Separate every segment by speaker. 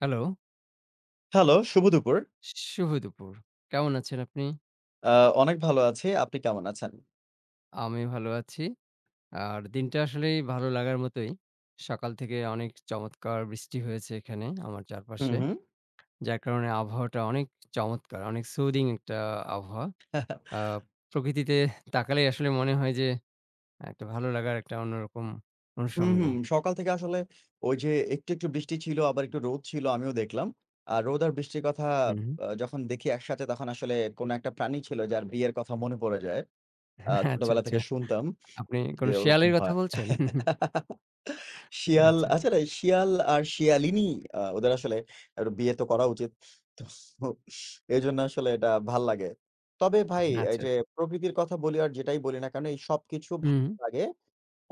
Speaker 1: Hello,
Speaker 2: hello, শুভ দুপুর।
Speaker 1: শুভ দুপুর। কেমন আছেন আপনি?
Speaker 2: আ অনেক ভালো আছি। আপনি কেমন আছেন?
Speaker 1: আমি ভালো আছি। আর দিনটা আসলেই ভালো লাগার মতোই। সকাল থেকে অনেক চমৎকার বৃষ্টি হয়েছে এখানে আমার
Speaker 2: হুম,
Speaker 1: চারপাশে।
Speaker 2: হুম।
Speaker 1: যার কারণে আবহাওয়াটা অনেক চমৎকার, অনেক সুদিং একটা আবহাওয়া। আ প্রকৃতিতে তাকালেই আসলে মনে হয় যে একটা ভালো লাগার একটা অন্যরকম
Speaker 2: হুম,
Speaker 1: অনুষঙ্গ।
Speaker 2: হুম। সকাল থেকে আসলে ওই যে একটু বৃষ্টি ছিল, আবার একটু রোদ ছিল আমিও দেখলাম। আর রোদ আর বৃষ্টির কথা
Speaker 1: হুম, হুম।
Speaker 2: যখন দেখি একসাথে তখন আসলে কোন একটা প্রাণী ছিল যার বিয়ের কথা মনে পড়ে যায়।
Speaker 1: আচ্ছা,
Speaker 2: ছোটবেলা
Speaker 1: আচ্ছা।
Speaker 2: থেকে শুনতাম
Speaker 1: আপনি
Speaker 2: যে
Speaker 1: কোন
Speaker 2: ওরকম
Speaker 1: শেয়ালের কথা
Speaker 2: হয়।
Speaker 1: বলছেন?
Speaker 2: শিয়াল
Speaker 1: আচ্ছা,
Speaker 2: আচ্ছা না, শিয়াল আর শিয়ালিনী ওদের আসলে একটু বিয়ে তো করা উচিত। তো এজন্য আসলে এটা ভাল লাগে। তবে ভাই এই
Speaker 1: আচ্ছা,
Speaker 2: যে
Speaker 1: আচ্ছা।
Speaker 2: প্রকৃতির কথা বলি আর যেটাই বলি না কেন এই সবকিছু
Speaker 1: হুম, হুম।
Speaker 2: ভালো লাগে।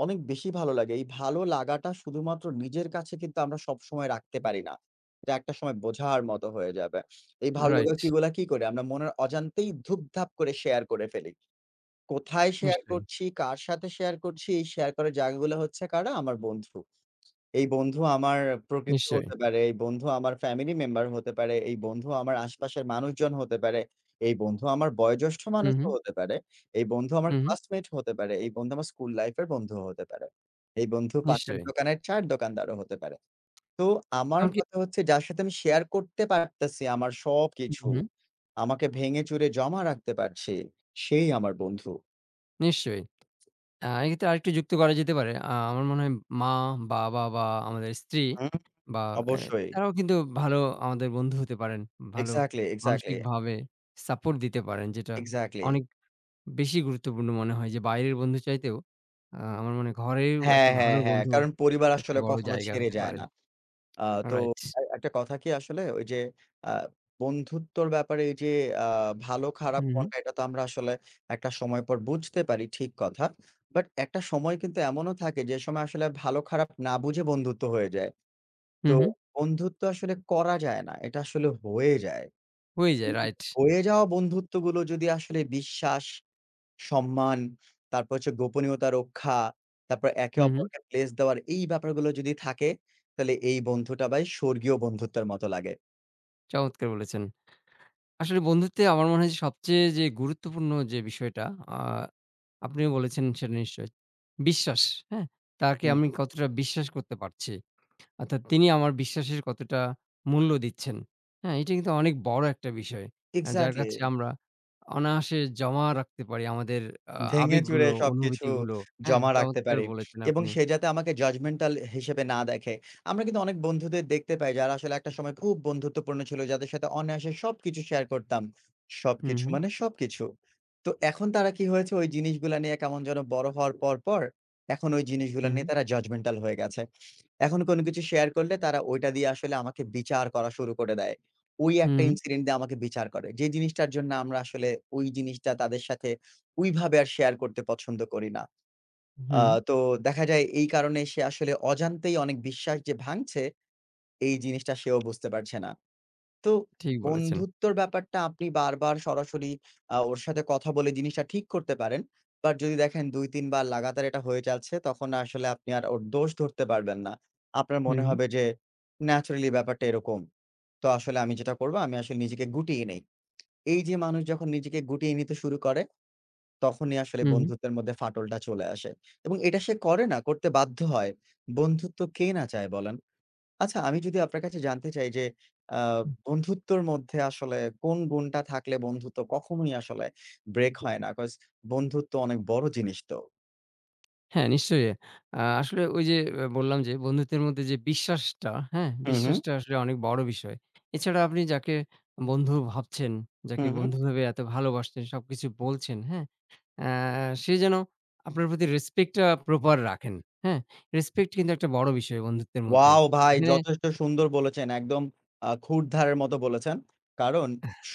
Speaker 2: অনেক বেশি ভালো লাগে। এই ভালো লাগাটা শুধুমাত্র নিজের কাছে কিন্তু আমরা সবসময় রাখতে পারি না। এটা একটা সময় বোঝার মতো হয়ে যাবে। এই ভালো
Speaker 1: রাইট।
Speaker 2: লাগার কিগুলা কি করি? আমরা মনের অজান্তেই ধুপধাপ করে শেয়ার করে ফেলি। কোথায় শেয়ার
Speaker 1: নিশ্চয়ই,
Speaker 2: করছি, কার সাথে শেয়ার করছি, এই শেয়ার করার জায়গাগুলো হচ্ছে কারা? আমার বন্ধু। এই বন্ধু আমার প্রকৃতি
Speaker 1: নিশ্চয়ই।
Speaker 2: হতে পারে, এই বন্ধু আমার ফ্যামিলি মেম্বার হতে পারে, এই বন্ধু আমার আশপাশের মানুষজন হতে পারে, এই বন্ধু আমার বয়োজ্যেষ্ঠ
Speaker 1: হুম, হুম,
Speaker 2: মানুষও হতে পারে, এই বন্ধু আমার
Speaker 1: হুম, হুম।
Speaker 2: ক্লাসমেট হতে পারে, এই বন্ধু আমার স্কুল লাইফ এর বন্ধুও হতে পারে, এই বন্ধু পাশের
Speaker 1: নিশ্চয়ই।
Speaker 2: দোকানের চায়ের দোকানদারও হতে পারে। তো আমার
Speaker 1: এমনকি
Speaker 2: কথা হচ্ছে যার সাথে আমি শেয়ার করতে পারতেছি আমার
Speaker 1: হুম,
Speaker 2: সবকিছু,
Speaker 1: হুম,
Speaker 2: আমাকে ভেঙে চুরে জমা রাখতে পারছি, সেই আমার বন্ধু।
Speaker 1: নিশ্চয়ই। এক্ষেত্রে আরেকটু যুক্ত করা যেতে পারে। আমার মনে হয় মা, বাবা বা আমাদের স্ত্রী বা এ
Speaker 2: অবশ্যই।
Speaker 1: তারাও কিন্তু ভালো আমাদের বন্ধু হতে পারেন। ভালো
Speaker 2: এক্সাক্টলি, এক্সাক্টলি,
Speaker 1: মানসিকভাবে সাপোর্ট দিতে পারেন। যেটা
Speaker 2: এক্সাক্টলি।
Speaker 1: অনেক বেশি গুরুত্বপূর্ণ মনে হয় যে বাইরের বন্ধু চাইতেও আমার মনে হয় ঘরেও
Speaker 2: হ্যাঁ,
Speaker 1: একটা
Speaker 2: হ্যাঁ,
Speaker 1: ভালো
Speaker 2: হ্যাঁ।
Speaker 1: বন্ধু
Speaker 2: কারণ পরিবার
Speaker 1: একটা
Speaker 2: আসলে
Speaker 1: বড়
Speaker 2: কখনো
Speaker 1: জায়গা
Speaker 2: ছেড়ে
Speaker 1: হতে
Speaker 2: যায়
Speaker 1: পারে।
Speaker 2: না। আ তো
Speaker 1: রাইট।
Speaker 2: এ একটা কথা কি আসলে ওই যে আ বন্ধুত্বর ব্যাপারে এই যে আ ভালো খারাপ
Speaker 1: হুম, হুম,
Speaker 2: কোনটা এটা তো আমরা আসলে একটা সময় পর বুঝতে পারি ঠিক কথা। বাট একটা সময় কিন্তু এমনও থাকে যে সময় আসলে ভালো খারাপ না বুঝে বন্ধুত্ব হয়ে যায়। তো
Speaker 1: হুম, হুম।
Speaker 2: বন্ধুত্ব আসলে করা যায় না। এটা আসলে হয়ে যায়।
Speaker 1: হয়ে যায় রাইট।
Speaker 2: হয়ে যাওয়া বন্ধুত্বগুলো যদি আসলে বিশ্বাস সম্মান, তারপর হচ্ছে গোপনীয়তা রক্ষা, তারপর একে
Speaker 1: হুম, হুম।
Speaker 2: অপরকে প্লেস দেওয়ার এই ব্যাপারগুলো যদি থাকে, তাহলে এই বন্ধুটা ভাই স্বর্গীয় বন্ধুত্বের মতো লাগে।
Speaker 1: চমৎকার বলেছেন। আসলে বন্ধুত্বে আমার মনে হয় যে সবচেয়ে যে গুরুত্বপূর্ণ যে বিষয়টা আ আপনিও বলেছেন সেটা নিশ্চয়ই। বিশ্বাস, হ্যাঁ? তাকে
Speaker 2: হুম।
Speaker 1: আমি কতটা বিশ্বাস করতে পারছি। অর্থাৎ তিনি আমার বিশ্বাসের কতটা মূল্য দিচ্ছেন। হ্যাঁ? এটা কিন্তু অনেক বড় একটা বিষয়। যার
Speaker 2: এক্সাক্টলি।
Speaker 1: কাছে আমরা অনায়াসে জমা রাখতে পারি আমাদের আ
Speaker 2: ভেঙে চুরে
Speaker 1: আবেগগুলো,
Speaker 2: সবকিছু
Speaker 1: অনুভূতিগুলো। হ্যাঁ?
Speaker 2: জমা রাখতে
Speaker 1: চমৎকার
Speaker 2: পারি
Speaker 1: বলেছেন
Speaker 2: এবং
Speaker 1: আপনি।
Speaker 2: সে যাতে আমাকে জাজমেন্টাল হিসেবে না দেখে। আমরা কিন্তু অনেক বন্ধুদের দেখতে পাই যারা আসলে একটা সময় খুব বন্ধুত্বপূর্ণ ছিল, যাদের সাথে অনায়াসে সবকিছু শেয়ার করতাম।
Speaker 1: হু,
Speaker 2: সবকিছু
Speaker 1: হু,
Speaker 2: মানে সবকিছু। তো এখন তারা কি হয়েছে ওই জিনিসগুলা নিয়ে কেমন যেন বড় হওয়ার পর এখন ওই জিনিসগুলা
Speaker 1: হু,
Speaker 2: নিয়ে তারা জাজমেন্টাল হয়ে গেছে। এখন কোনো কিছু শেয়ার করলে তারা ওইটা দিয়ে আসলে আমাকে বিচার করা শুরু করে দেয়। ওই
Speaker 1: হু, হু,
Speaker 2: একটা
Speaker 1: হু,
Speaker 2: ইনসিডেন্ট দিয়ে আমাকে বিচার করে। যে জিনিসটার জন্য আমরা আসলে ওই জিনিসটা তাদের সাথে ওইভাবে আর শেয়ার করতে পছন্দ করি না।
Speaker 1: হু, হু।
Speaker 2: আ তো দেখা যায় এই কারণে সে আসলে অজান্তেই অনেক বিশ্বাস যে ভাঙছে, এই জিনিসটা সেও বুঝতে পারছে না। তো
Speaker 1: ঠিক বলেছেন।
Speaker 2: বন্ধুত্বর ব্যাপারটা আপনি বারবার সরাসরি ওর সাথে কথা বলে জিনিসটা ঠিক করতে পারেন। বাট যদি দেখেন ২-৩ বার লাগাতার এটা হয়ে যাচ্ছে, তখন আসলে আপনি আর ওর দোষ ধরতে পারবেন না। আপনার
Speaker 1: হু,
Speaker 2: মনে
Speaker 1: হু,
Speaker 2: হবে যে ন্যাচারালি ব্যাপারটা এরকম। তো আসলে আমি যেটা করব, আমি আসলে নিজেকে গুটিয়ে নেই। এই যে মানুষ যখন নিজেকে গুটিয়ে নিতে শুরু করে, তখনই আসলে
Speaker 1: হু, হু।
Speaker 2: বন্ধুত্বের মধ্যে ফাটলটা চলে আসে। এবং এটা সে করে না, করতে বাধ্য হয়। বন্ধুত্ব কে না চায় বলেন? আচ্ছা আমি যদি আপনার কাছে জানতে চাই যে আ বন্ধুত্বর মধ্যে আসলে কোন গুণটা থাকলে বন্ধুত্ব কখনোই আসলে ব্রেক হয় না? 'কজ বন্ধুত্ব অনেক বড় জিনিস তো।
Speaker 1: হ্যাঁ, নিশ্চয়ই। আসলে ওই যে বললাম যে বন্ধুত্বের মধ্যে যে বিশ্বাসটা, হ্যাঁ?
Speaker 2: হু, হু,
Speaker 1: বিশ্বাসটা আসলে অনেক বড় বিষয়। এছাড়া আপনি যাকে বন্ধু ভাবছেন,
Speaker 2: হু,
Speaker 1: যাকে
Speaker 2: হু।
Speaker 1: বন্ধু ভেবে এত ভালোবাসছেন, সবকিছু বলছেন, হ্যাঁ? অ্যা সে যেন আপনার প্রতি রেসপেক্ট টা প্রপার রাখেন, হ্যাঁ? রেসপেক্ট কিন্তু একটা বড় বিষয় বন্ধুত্বের মধ্যে।
Speaker 2: ওয়াও! ভাই
Speaker 1: এখানে
Speaker 2: যথেষ্ট সুন্দর বলেছেন। একদম খুঁতধারার মতো বলেছেন। কারণ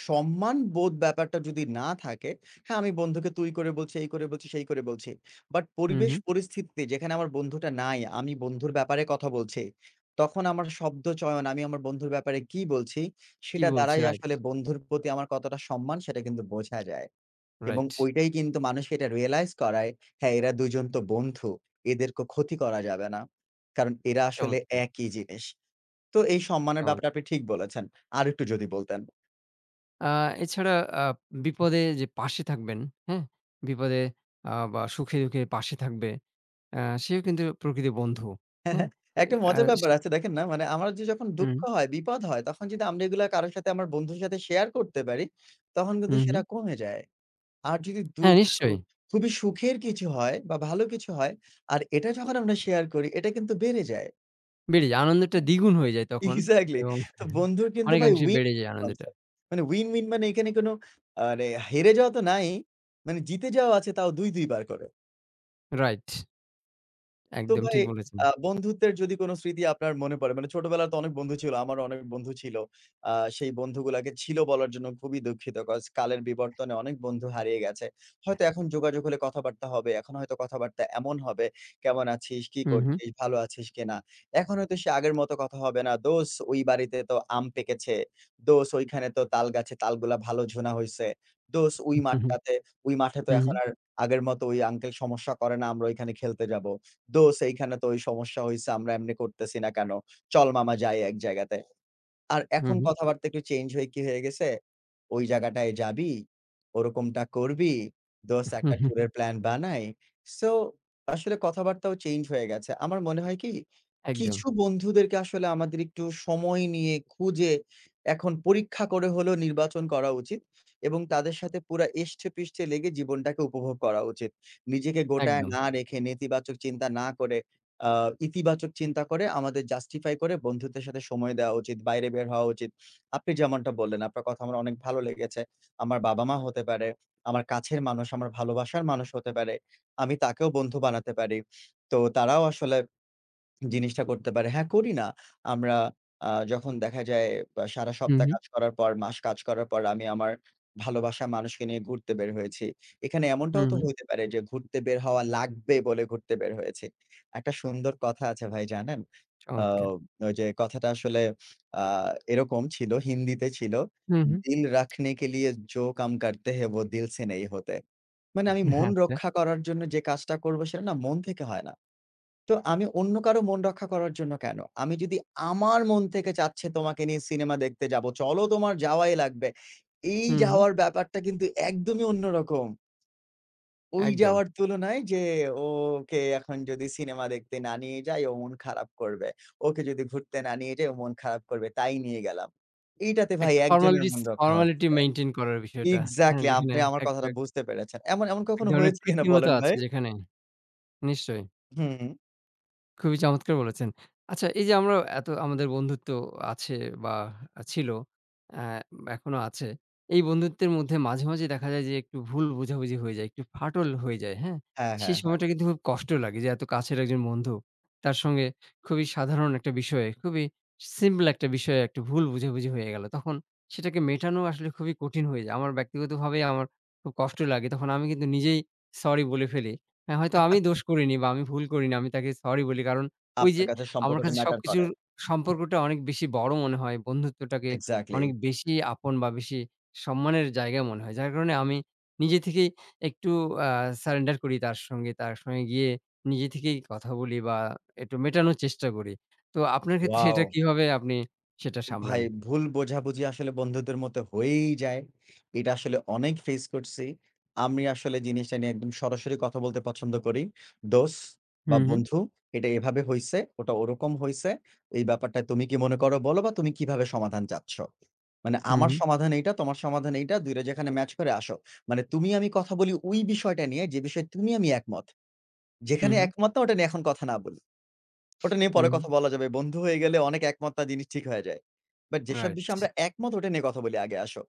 Speaker 2: সম্মানবোধ ব্যাপারটা যদি না থাকে, হ্যাঁ, আমি বন্ধুকে তুই করে বলছি, এই করে বলছি, সেই করে বলছি। বাট
Speaker 1: হুম,
Speaker 2: পরিবেশ
Speaker 1: হুম।
Speaker 2: পরিস্থিতিতে যেখানে আমার বন্ধুটা নাই, আমি বন্ধুর ব্যাপারে কথা বলছি। তখন আমার শব্দ চয়ন, আমি আমার বন্ধুর ব্যাপারে কি বলছি,
Speaker 1: কি
Speaker 2: সেটা
Speaker 1: বলছি?
Speaker 2: দ্বারাই
Speaker 1: রাইট,
Speaker 2: আসলে বন্ধুর প্রতি আমার কতটা সম্মান সেটা কিন্তু বোঝা যায়। এবং
Speaker 1: রাইট।
Speaker 2: ঐটাই কিন্তু মানুষকে এটা রিয়ালাইজ করায়, হ্যাঁ, এরা ২ জন তো বন্ধু। এদেরকে ক্ষতি করা যাবে না। কারণ এরা আসলে
Speaker 1: চমৎকার,
Speaker 2: একই জিনিস। তো এই সম্মানের ব্যাপারটা
Speaker 1: চমৎকার।
Speaker 2: আপনি ঠিক বলেছেন। আরেকটু যদি বলতেন।
Speaker 1: আ এছাড়া আ বিপদে যে পাশে থাকবেন, হ্যাঁ? বিপদে বা সুখে-দুঃখে পাশে থাকবে আ সেও কিন্তু প্রকৃতির বন্ধু। হ্যাঁ?
Speaker 2: একটা
Speaker 1: আ
Speaker 2: মজার ব্যাপার
Speaker 1: সে
Speaker 2: আছে দেখেন না মানে আমার যে যখন
Speaker 1: হুম,
Speaker 2: দুঃখ হয়, বিপদ হয় তখন যদি আমরা এগুলা কারো সাথে আমার বন্ধুর সাথে শেয়ার করতে পারি, তখন কিন্তু
Speaker 1: হুম, হুম।
Speaker 2: সেটা কমে যায়। আর যদি দু
Speaker 1: হ্যাঁ, নিশ্চয়ই।
Speaker 2: খুবই সুখের কিছু হয় বা ভালো কিছু হয় আর এটা যখন আমরা শেয়ার করি এটা কিন্তু বেড়ে যায়।
Speaker 1: বেড়ে যায়। আনন্দটা দ্বিগুণ হয়ে যায় তখন
Speaker 2: এক্সাক্টলি।
Speaker 1: এবং
Speaker 2: তো বন্ধুর কিন্তু ভাই
Speaker 1: অনেকাংশে
Speaker 2: win
Speaker 1: বেড়ে যায় আনন্দটা।
Speaker 2: কনসেপ্ট। মানে win, win মানে এখানে কোনো মানে হেরে যাওয়া তো নাই, মানে জিতে যাওয়া আছে তাও ২, ২ বার করে।
Speaker 1: রাইট।
Speaker 2: তো
Speaker 1: একদম
Speaker 2: ভাই
Speaker 1: ঠিক বলেছেন।
Speaker 2: বন্ধুত্বের যদি কোন স্মৃতি আপনার মনে পড়ে, মানে ছোটবেলার তো অনেক বন্ধু ছিল। আমারও অনেক বন্ধু ছিল। আ সেই বন্ধুগুলাকে ছিল বলার জন্য খুবই দুঃখিত। কজ কালের বিবর্তনে অনেক বন্ধু হারিয়ে গেছে। হয়তো এখন যোগাযোগ হলে কথাবার্তা হবে। এখন হয়তো কথাবার্তা এমন হবে, "কেমন আছিস? কি
Speaker 1: হুম, হুম,
Speaker 2: করছিস? ভালো আছিস কিনা?" এখন হয়তো সে আগের মতো কথা হবে না। "দোস ওই বাড়িতে তো আম পেকেছে। দোস ওইখানে তো তাল গাছে তালগুলা ভালো ঝোনা হইছে। দোস ওই
Speaker 1: হুম, হুম,
Speaker 2: মাঠটাতে ওই মাঠে তো এখন
Speaker 1: হুম,
Speaker 2: আর আগের মতো ওই আঙ্কেল সমস্যা করে না। আমরা ওইখানে খেলতে যাবো।" দোস এইখানে তো ওই সমস্যা হইছে আমরা এমনি করতেছি না কেন? চল মামা যাই এক জায়গাতে। আর
Speaker 1: হুম,
Speaker 2: এখন
Speaker 1: হুম,
Speaker 2: কথাবার্তা একটু চেঞ্জ হয়ে কি হয়ে গেছে? ওই জায়গাটায় যাবি, ওরকমটা করবি, দোস্ত
Speaker 1: হুম,
Speaker 2: একটা
Speaker 1: হুম।
Speaker 2: ট্যুরের প্ল্যান বানাই। সো আসলে কথাবার্তাও চেঞ্জ হয়ে গেছে। আমার মনে হয় কি?
Speaker 1: একদম,
Speaker 2: কিছু বন্ধুদেরকে আসলে আমাদের একটু সময় নিয়ে খুঁজে এখন পরীক্ষা করে হলেও নির্বাচন করা উচিত এবং তাদের সাথে পুরা এষ্ঠে-পৃষ্ঠে লেগে জীবনটাকে উপভোগ করা উচিত। নিজেকে গোটায়
Speaker 1: একদম।
Speaker 2: না রেখে নেতিবাচক চিন্তা না করে আ ইতিবাচক চিন্তা করে আমাদের জাস্টিফাই করে বন্ধুদের সাথে সময় দেওয়া উচিত, বাইরে বের হওয়া উচিত। আপনি যেমনটা বললেন, আপনার কথা আমার অনেক ভালো লেগেছে। আমার বাবা-মা হতে পারে, আমার কাছের মানুষ, আমার ভালোবাসার মানুষ হতে পারে। আমি তাকেও বন্ধু বানাতে পারি। তো তারাও আসলে জিনিসটা করতে পারে। হ্যাঁ, করি না। আমরা যখন দেখা যায় বা সারা
Speaker 1: হুম,
Speaker 2: সপ্তাহ
Speaker 1: হুম,
Speaker 2: কাজ করার পর, মাস কাজ করার পর আমি আমার ভালোবাসার মানুষকে নিয়ে ঘুরতে বের হয়েছি। এখানে
Speaker 1: হুম,
Speaker 2: এমনটাও তো
Speaker 1: হুম।
Speaker 2: হইতে পারে যে ঘুরতে বের হওয়া লাগবে বলে ঘুরতে বের হয়েছি। একটা সুন্দর কথা আছে ভাই জানেন? আ
Speaker 1: চমৎকার।
Speaker 2: ওই যে কথাটা আসলে আ এরকম ছিল, হিন্দিতে ছিল।
Speaker 1: হুম, হুম।
Speaker 2: "দিল রাখনে के लिए जो काम करते हैं वो दिल से नहीं होते" মানে আমি মন
Speaker 1: আচ্ছা।
Speaker 2: রক্ষা করার জন্য যে কাজটা করব সেটা না মন থেকে হয় না। তো আমি অন্য কারো মন রক্ষা করার জন্য কেন? আমি যদি আমার মন থেকে চাচ্ছে তোমাকে নিয়ে সিনেমা দেখতে যাবো, চলো তোমার যাওয়াই লাগবে। এই
Speaker 1: হুম, হুম।
Speaker 2: যাওয়ার ব্যাপারটা কিন্তু একদমই অন্যরকম। ওই
Speaker 1: একদম।
Speaker 2: যাওয়ার তুলনায় যে ওকে এখন যদি সিনেমা দেখতে না নিয়ে যাই ও মন খারাপ করবে। ওকে যদি ঘুরতে না নিয়ে যাই ও মন খারাপ করবে। তাই নিয়ে গেলাম। এইটাতে ভাই
Speaker 1: একটা
Speaker 2: একজনের
Speaker 1: ফর্মালিটিস
Speaker 2: মন রক্ষা
Speaker 1: ফর্মালিটি
Speaker 2: হচ্ছে।
Speaker 1: মেইনটেইন করার বিষয়টা। হ্যাঁ,
Speaker 2: এক্সাক্টলি
Speaker 1: যেখানে
Speaker 2: আপনি আমার
Speaker 1: একটা
Speaker 2: কথাটা বুঝতে পেরেছেন। এমন
Speaker 1: এক
Speaker 2: কখনো
Speaker 1: ধরনের
Speaker 2: হয়েছে কিনা
Speaker 1: কৃত্রিমতা
Speaker 2: বলেন
Speaker 1: আছে
Speaker 2: ভাই?
Speaker 1: যেখানে। নিশ্চয়ই।
Speaker 2: হুম,
Speaker 1: খুবই চমৎকার বলেছেন। আচ্ছা এই যে আমরা এত আমাদের বন্ধুত্ব আছে বা ছিল, অ্যা এখনো আছে। এই বন্ধুত্বের মধ্যে মাঝে, মাঝে দেখা যায় যে একটু ভুল বোঝাবুঝি হয়ে যায়, একটু ফাটল হয়ে যায়, হ্যাঁ?
Speaker 2: হ্যাঁ,
Speaker 1: সেই
Speaker 2: হ্যাঁ, হ্যাঁ।
Speaker 1: সময়টা কিন্তু খুব কষ্ট লাগে যে এত কাছের একজন বন্ধু, তার সঙ্গে খুবই সাধারণ একটা বিষয়ে, খুবই সিম্পল একটা বিষয়ে একটা ভুল বোঝাবুঝি হয়ে গেল। তখন সেটাকে মেটানো আসলে খুবই কঠিন হয়ে যায়। আমার ব্যক্তিগতভাবে আমার খুব কষ্ট লাগে। তখন আমি কিন্তু নিজেই সরি বলে ফেলি। হ্যাঁ, হয়তো আমি দোষ করিনি বা আমি ভুল করিনি। আমি তাকে সরি বলি। কারণ ওই
Speaker 2: আপনার
Speaker 1: যে
Speaker 2: কাছে
Speaker 1: আমার
Speaker 2: সম্পর্কটা
Speaker 1: কাছে
Speaker 2: ম্যাটার
Speaker 1: সবকিছুর
Speaker 2: করে।
Speaker 1: সম্পর্কটা অনেক বেশি বড় মনে হয়। বন্ধুত্বটাকে
Speaker 2: এক্সাক্টলি।
Speaker 1: অনেক বেশি আপন বা বেশি সম্মানের জায়গায় মনে হয়। যার কারণে আমি নিজে থেকেই একটু আ সারেন্ডার করি তার সঙ্গে। তার সঙ্গে গিয়ে নিজে থেকেই কথা বলি বা একটু মেটানোর চেষ্টা করি। তো আপনার ক্ষেত্রে
Speaker 2: ওয়াও!
Speaker 1: সেটা কিভাবে আপনি সেটা সামলান?
Speaker 2: ভাই ভুল বোঝাবুঝি আসলে বন্ধুদের মধ্যে হয়েই যায়। এটা আসলে অনেক ফেস করছি। আমি আসলে জিনিসটা নিয়ে একদম সরাসরি কথা বলতে পছন্দ করি। "দোস্ত
Speaker 1: হু,
Speaker 2: বা
Speaker 1: হু,
Speaker 2: বন্ধু এটা এভাবে হইছে, ওটা ওরকম হইছে। এই ব্যাপারটা তুমি কি মনে করো বলো বা তুমি কিভাবে সমাধান চাচ্ছ? মানে জি।
Speaker 1: হু,
Speaker 2: আমার
Speaker 1: হু,
Speaker 2: সমাধান এইটা, তোমার সমাধান এইটা। ২ টা যেখানে ম্যাচ করে আসো। মানে তুমি আমি কথা বলি ওই বিষয়টা নিয়ে যে বিষয়ে তুমি আমি একমত।
Speaker 1: হু,
Speaker 2: যেখানে
Speaker 1: হু,
Speaker 2: একমত না ওটা নিয়ে এখন কথা না বলি।" ওটা নিয়ে
Speaker 1: হু,
Speaker 2: পরে
Speaker 1: হু,
Speaker 2: কথা বলা যাবে। বন্ধু হয়ে গেলে অনেক একমত না জিনিস ঠিক হয়ে যায়। বাট যেসব
Speaker 1: রাইট।
Speaker 2: বিষয়ে আমরা একমত ওটা নিয়ে কথা বলি আগে আসো।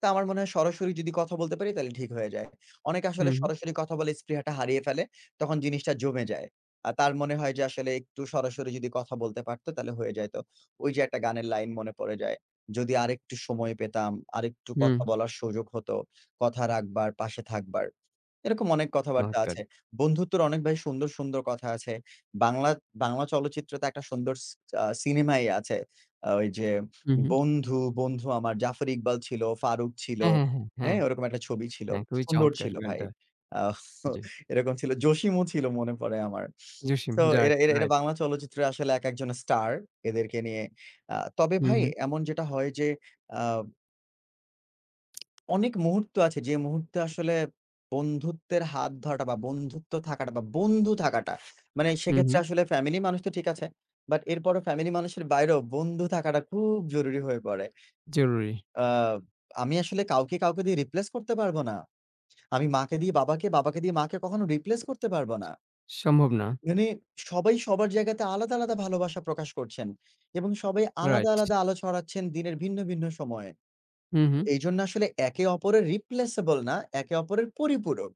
Speaker 2: তো আমার মনে হয় সরাসরি যদি কথা বলতে পারি তাহলে ঠিক হয়ে যায়। অনেকে
Speaker 1: হু,
Speaker 2: আসলে
Speaker 1: হু,
Speaker 2: সরাসরি কথা বলে স্পৃহাটা হারিয়ে ফেলে। তখন জিনিসটা জমে যায়। আর তার মনে হয় যে আসলে একটু সরাসরি যদি কথা বলতে পারতো তাহলে হয়ে যাইত। ওই যে একটা গানের লাইন মনে পড়ে যায়। যদি আরেকটু সময় পেতাম, আরেকটু
Speaker 1: হু,
Speaker 2: কথা বলার সুযোগ হতো, কথা রাখবার, পাশে থাকবার। এরকম অনেক কথাবার্তা
Speaker 1: চমৎকার।
Speaker 2: আছে। বন্ধুত্বর অনেক ভাই সুন্দর, সুন্দর কথা আছে। বাংলা বাংলা চলচ্চিত্রে তো একটা সুন্দর স আ সিনেমাই আছে। ওই যে
Speaker 1: হু, হু।
Speaker 2: 'বন্ধু, বন্ধু আমার' জাফর ইকবাল ছিল, ফারুক ছিল।
Speaker 1: হ্যাঁ, হ্যাঁ, হ্যাঁ, হ্যাঁ।
Speaker 2: হ্যাঁ? ওরকম একটা ছবি ছিল।
Speaker 1: হ্যাঁ, খুবই
Speaker 2: সুন্দর
Speaker 1: চমৎকার
Speaker 2: ছিল ভাই।
Speaker 1: গানটা।
Speaker 2: আহ
Speaker 1: জি।
Speaker 2: এরকম ছিল। জসিমও ছিল মনে পড়ে আমার।
Speaker 1: জসিম
Speaker 2: তো
Speaker 1: রাইট,
Speaker 2: এরা এরা এরা
Speaker 1: রাইট।
Speaker 2: বাংলা চলচ্চিত্রে আসলে একেকজন স্টার। এদেরকে নিয়ে তবে
Speaker 1: হু,
Speaker 2: ভাই
Speaker 1: হু,
Speaker 2: এমন যেটা হয় যে আ অনেক মুহূর্ত আছে যে মুহূর্তে আসলে বন্ধুত্বের হাত ধরাটা বা বন্ধুত্ব থাকাটা বা বন্ধু থাকাটা মানে
Speaker 1: হু, হু।
Speaker 2: সেক্ষেত্রে আসলে ফ্যামিলি মানুষ তো ঠিক আছে। বাট এরপরও ফ্যামিলি মানুষের বাইরেও বন্ধু থাকাটা খুব জরুরি হয়ে পড়ে।
Speaker 1: জরুরি।
Speaker 2: আ আমি আসলে কাউকে দিয়ে রিপ্লেস করতে পারব না। আমি মাকে দিয়ে বাবাকে, বাবাকে দিয়ে মাকে কখনো রিপ্লেস করতে পারব না।
Speaker 1: সম্ভব না।
Speaker 2: মানে সবাই সবার জায়গাতে আলাদা, আলাদা ভালোবাসা প্রকাশ করছেন এবং সবাই আলাদা,
Speaker 1: রাইট।
Speaker 2: আলাদা আলো ছড়াচ্ছেন দিনের ভিন্ন, ভিন্ন সময়ে।
Speaker 1: হু, হু,
Speaker 2: এইজন্য আসলে একে অপরের replaceable না, একে অপরের পরিপূরক।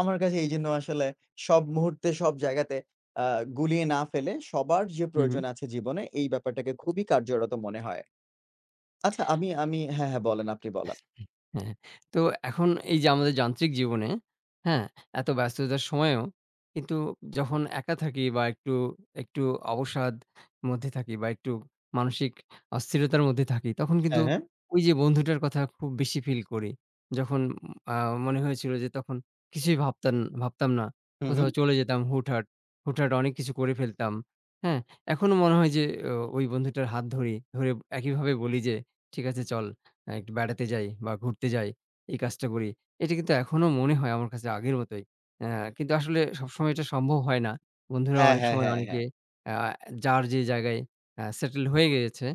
Speaker 2: আমার কাছে এইজন্য আসলে সব মুহূর্তে, সব জায়গাতে আ গুলিয়ে না ফেলে সবার যে
Speaker 1: হু, হু।
Speaker 2: প্রয়োজন আছে জীবনে, এই ব্যাপারটাকে খুবই কার্যরত মনে হয়। আচ্ছা আমি আমি হ্যাঁ, হ্যাঁ, বলেন, আপনি বলেন।
Speaker 1: হ্যাঁ, তো এখন এই যে আমাদের যান্ত্রিক জীবনে, হ্যাঁ? এত ব্যস্ততার সময়েও কিন্তু যখন একা থাকি বা একটু, একটু অবসাদ মধ্যে থাকি বা একটু মানসিক অস্থিরতার মধ্যে থাকি, তখন কিন্তু
Speaker 2: হ্যাঁ, হ্যাঁ।
Speaker 1: ওই যে বন্ধুটার কথা খুব বেশি ফিল করি। যখন আ মনে হয়েছিল যে তখন কিছুই ভাবতাম ভাবতাম না।
Speaker 2: হুম, হুম।
Speaker 1: কোথাও চলে যেতাম হুটহাট, হুটহাট অনেক কিছু করে ফেলতাম। হ্যাঁ? এখনো মনে হয় যে ও ওই বন্ধুটার হাত ধরে একইভাবে বলি যে, "ঠিক আছে চল।" হ্যাঁ, একটু বেড়াতে যাই বা ঘুরতে যাই, এই কাজটা করি। এটা কিন্তু এখনো মনে হয় আমার কাছে আগের মতোই। অ্যা কিন্তু আসলে সবসময় এটা সম্ভব হয় না। বন্ধুরা
Speaker 2: হ্যাঁ,
Speaker 1: অনেক
Speaker 2: হ্যাঁ,
Speaker 1: সময়
Speaker 2: হ্যাঁ,
Speaker 1: অনেকে
Speaker 2: হ্যাঁ।
Speaker 1: অ্যা যার যে জায়গায় সেটেল হয়ে গিয়েছে,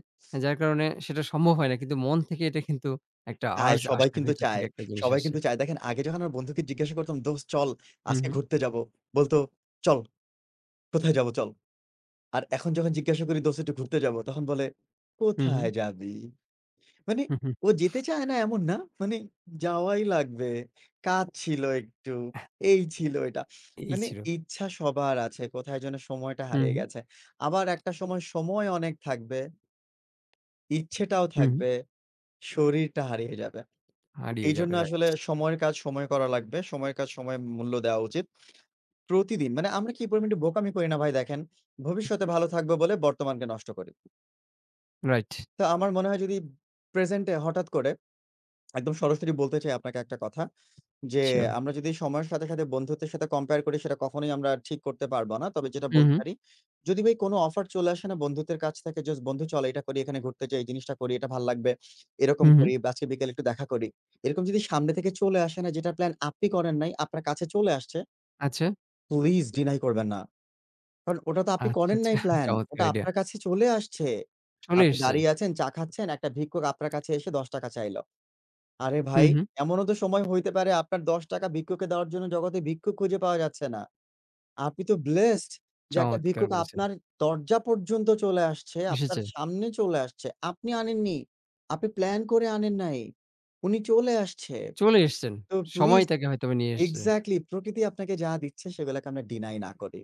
Speaker 1: যার কারণে সেটা সম্ভব হয় না। কিন্তু মন থেকে এটা কিন্তু একটা
Speaker 2: চায়,
Speaker 1: আর্জ
Speaker 2: সবাই
Speaker 1: আসে,
Speaker 2: কিন্তু
Speaker 1: ভেতর থেকে
Speaker 2: চায়।
Speaker 1: একটা জিনিস
Speaker 2: সবাই
Speaker 1: আসে।
Speaker 2: কিন্তু চায়। দেখেন আগে যখন আমার বন্ধুকে জিজ্ঞাসা করতাম, "দোস্ত চল,
Speaker 1: হু,
Speaker 2: আজকে
Speaker 1: হু,
Speaker 2: ঘুরতে যাবো।" বলতো, "চল, কোথায় যাবো চল।" আর এখন যখন জিজ্ঞাসা করি, "দোস্ত একটু ঘুরতে যাবো।" তখন বলে,
Speaker 1: হু, হু,
Speaker 2: "কোথায় যাবি?" মানে
Speaker 1: হু, হু।
Speaker 2: ও যেতে চায় না এমন না। মানে যাওয়াই লাগবে। কাজ ছিল একটু, এই ছিল এটা।
Speaker 1: এই
Speaker 2: মানে
Speaker 1: ছিল।
Speaker 2: ইচ্ছা সবার আছে। কোথায় যেন সময়টা
Speaker 1: হু,
Speaker 2: হারিয়ে
Speaker 1: হু,
Speaker 2: গেছে। আবার একটা সময় অনেক থাকবে, ইচ্ছেটাও
Speaker 1: হু, হু।
Speaker 2: থাকবে, শরীরটা হারিয়ে যাবে।
Speaker 1: হারিয়ে
Speaker 2: এইজন্য
Speaker 1: যাবে। রাইট,
Speaker 2: আসলে সময়ের কাজ সময়ে করা লাগবে। সময়ের কাজ সময়ে মূল্য দেওয়া উচিত। প্রতিদিন মানে আমরা কি পরিমাণ একটু বোকামি করি না ভাই দেখেন? ভবিষ্যতে ভালো থাকবো বলে বর্তমানকে নষ্ট করি।
Speaker 1: রাইট।
Speaker 2: তো আমার মনে হয় যদি প্রেজেন্ট এ হঠাৎ করে একদম সরাসরি বলতে চাই আপনাকে একটা কথা। যে
Speaker 1: শিওর।
Speaker 2: আমরা যদি সময়ের সাথে বন্ধুত্বের সাথে compare করি সেটা কখনোই আমরা ঠিক করতে পারব না। তবে যেটা
Speaker 1: হু,
Speaker 2: বলতে
Speaker 1: হু,
Speaker 2: পারি, যদি ভাই কোনো অফার চলে আসে না বন্ধুত্বের কাছ থেকে জাস্ট বন্ধু চল এটা করি, এখানে ঘুরতে যাই, এই জিনিসটা করি, এটা ভাল লাগবে। এরকম
Speaker 1: হু, হু।
Speaker 2: করি বা আজকে বিকেলে একটু দেখা করি। এরকম যদি সামনে থেকে চলে আসে না যেটার প্ল্যান আপনি করেন নাই, আপনার কাছে চলে আসছে,
Speaker 1: আচ্ছা।
Speaker 2: প্লিজ ডিনাই করবেন না। কারণ ওটা তো আপনি
Speaker 1: আচ্ছা,
Speaker 2: করেন নাই
Speaker 1: আচ্ছা।
Speaker 2: প্ল্যান।
Speaker 1: চমৎকার
Speaker 2: ওটা
Speaker 1: আইডিয়া।
Speaker 2: আপনার কাছে চলে আসছে।
Speaker 1: চলে
Speaker 2: আপনি
Speaker 1: এসছে।
Speaker 2: দাঁড়িয়ে আছেন, চা খাচ্ছেন, একটা ভিক্ষুক আপনার কাছে এসে ৳১০ চাইল। আরে
Speaker 1: হু,
Speaker 2: ভাই,
Speaker 1: হু।
Speaker 2: এমনও তো সময় হইতে পারে আপনার ৳১০ ভিক্ষুককে দেওয়ার জন্য জগতে ভিক্ষুক খুঁজে পাওয়া যাচ্ছে না। আপনি তো ব্লেসড যে একটা
Speaker 1: চমৎকার
Speaker 2: ভিক্ষুক
Speaker 1: বলেছেন।
Speaker 2: আপনার দরজা পর্যন্ত চলে আসছে, আপনার
Speaker 1: এসেছে।
Speaker 2: সামনে চলে আসছে। আপনি আনেননি। আপনি প্ল্যান করে আনেন নাই। উনি চলে আসছে।
Speaker 1: চলে এসছেন।
Speaker 2: তো
Speaker 1: সময়
Speaker 2: প্লিজ
Speaker 1: তাকে হয়তোবা নিয়ে এসছে।
Speaker 2: এক্সাক্টলি প্রকৃতি আপনাকে যা দিচ্ছে সেগুলাকে আমরা ডিনাই না করি।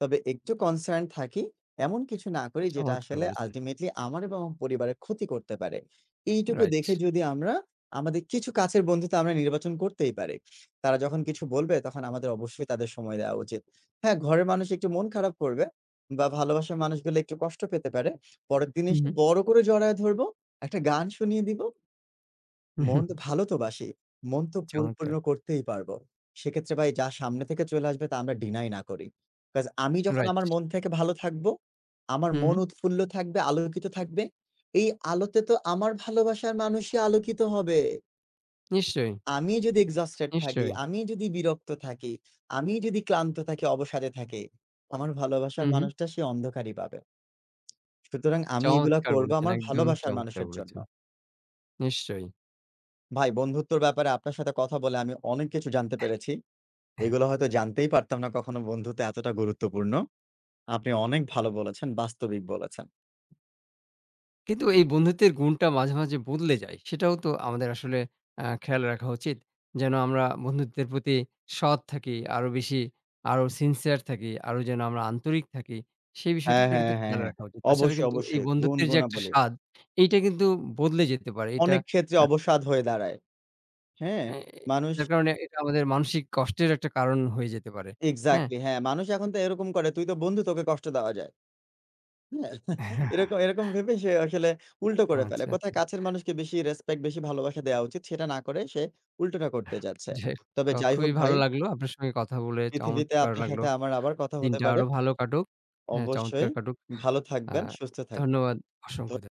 Speaker 2: তবে একটু কনসার্ন থাকি, এমন কিছু না করি যেটা
Speaker 1: চমৎকার
Speaker 2: আসলে
Speaker 1: বলেছেন।
Speaker 2: আল্টিমেটলি আমার এবং আমার পরিবারের ক্ষতি করতে পারে। এইটুকু
Speaker 1: রাইট।
Speaker 2: দেখে যদি আমরা আমাদের কিছু কাছের বন্ধু তো আমরা নির্বাচন করতেই পারি। তারা যখন কিছু বলবে তখন আমাদের অবশ্যই তাদের সময় দেওয়া উচিত। হ্যাঁ, ঘরের মানুষ একটু মন খারাপ করবে বা ভালোবাসার মানুষগুলো একটু কষ্ট পেতে পারে। পরের দিন
Speaker 1: হু,
Speaker 2: এসে
Speaker 1: হু,
Speaker 2: বড় করে জড়ায় ধরবো, একটা গান শুনিয়ে দিব।
Speaker 1: হু, হু।
Speaker 2: মন তো ভালো তো বাসি। মন তো পরিপূর্ণ
Speaker 1: চমৎকার।
Speaker 2: করতেই পারব। সেক্ষেত্রে ভাই যা সামনে থেকে চলে আসবে তা আমরা ডিনাই না করি। বিকজ আমি যখন
Speaker 1: রাইট।
Speaker 2: আমার মন থেকে ভালো থাকবো, আমার
Speaker 1: হু, হু।
Speaker 2: মন উৎফুল্ল থাকবে, আলোকিত থাকবে। এই আলোতে তো আমার ভালোবাসার মানুষই আলোকিত হবে।
Speaker 1: নিশ্চয়ই,
Speaker 2: আমি যদি এক্সহস্টেড থাকি,
Speaker 1: নিশ্চয়ই।
Speaker 2: আমি যদি বিরক্ত থাকি, আমি যদি ক্লান্ত থাকি, অবসাদে থাকি, আমার
Speaker 1: হু,
Speaker 2: ভালোবাসার
Speaker 1: হু।
Speaker 2: মানুষটা সে অন্ধকারই পাবে। সুতরাং আমি এগুলা
Speaker 1: চমৎকার
Speaker 2: করবো
Speaker 1: বলেছেন।
Speaker 2: আমার
Speaker 1: একদম
Speaker 2: ভালোবাসার
Speaker 1: চমৎকার
Speaker 2: মানুষের জন্য।
Speaker 1: বলেছেন। নিশ্চয়ই।
Speaker 2: ভাই বন্ধুত্বর ব্যাপারে আপনার সাথে কথা বলে আমি অনেক কিছু জানতে পেরেছি। এগুলো হয়তো জানতেই পারতাম না কখনো বন্ধুত্ব এতটা গুরুত্বপূর্ণ। আপনি অনেক ভালো বলেছেন, বাস্তবিক বলেছেন।
Speaker 1: কিন্তু এই বন্ধুত্বের গুণটা মাঝে, মাঝে বদলে যায়। সেটাও তো আমাদের আসলে খেয়াল রাখা উচিত। যেন আমরা বন্ধুত্বের প্রতি সৎ থাকি, আরো বেশি, আরো সিনসিয়ার থাকি, আরো যেন আমরা আন্তরিক থাকি। সেই বিষয়টা
Speaker 2: হ্যাঁ,
Speaker 1: কিন্তু
Speaker 2: হ্যাঁ, হ্যাঁ,
Speaker 1: খেয়াল
Speaker 2: হ্যাঁ।
Speaker 1: রাখা উচিত। তাছাড়া
Speaker 2: অবশ্যই,
Speaker 1: কিন্তু এই
Speaker 2: অবশ্যই। গুণ,
Speaker 1: বন্ধুত্বের যে একটা
Speaker 2: গুণাবলী।
Speaker 1: স্বাদ, এইটা কিন্তু বদলে যেতে পারে। এটা
Speaker 2: অনেক ক্ষেত্রে
Speaker 1: আ
Speaker 2: অবসাদ হয়ে দাঁড়ায়। হ্যাঁ?
Speaker 1: এ
Speaker 2: মানুষ
Speaker 1: যার কারণে এটা আমাদের মানসিক কষ্টের একটা কারণ হয়ে যেতে পারে। হ্যাঁ?
Speaker 2: এক্সাক্টলি হ্যাঁ, মানুষ এখন তো এরকম করে, "তুই তো বন্ধু, তোকে কষ্ট দেওয়া যায়।" হ্যাঁ?
Speaker 1: হ্যাঁ,
Speaker 2: এরকম এরকম ভেবে সে আসলে উল্টো করে ফেলে।
Speaker 1: আচ্ছা, আচ্ছা।
Speaker 2: কোথায় কাছের মানুষকে বেশি রেসপেক্ট, বেশি ভালোবাসা দেওয়া উচিত, সেটা না করে সে উল্টোটা করতে যাচ্ছে।
Speaker 1: যাই
Speaker 2: তবে
Speaker 1: হোক,
Speaker 2: যাই
Speaker 1: খুবই
Speaker 2: হোক
Speaker 1: ভালো
Speaker 2: ভাই,
Speaker 1: লাগলো। আপনার সঙ্গে কথা বলে
Speaker 2: পৃথিবীতে
Speaker 1: চমৎকার
Speaker 2: আপনার
Speaker 1: লাগলো।
Speaker 2: সাথে আমার আবার কথা হতে
Speaker 1: দিনটা
Speaker 2: পারে।
Speaker 1: আরো ভালো কাটুক। হ্যাঁ, চমৎকার
Speaker 2: অবশ্যই
Speaker 1: কাটুক।
Speaker 2: ভালো
Speaker 1: আ
Speaker 2: থাকবেন, সুস্থ থাকবেন। ধ
Speaker 1: ধন্যবাদ অসংখ্য ধ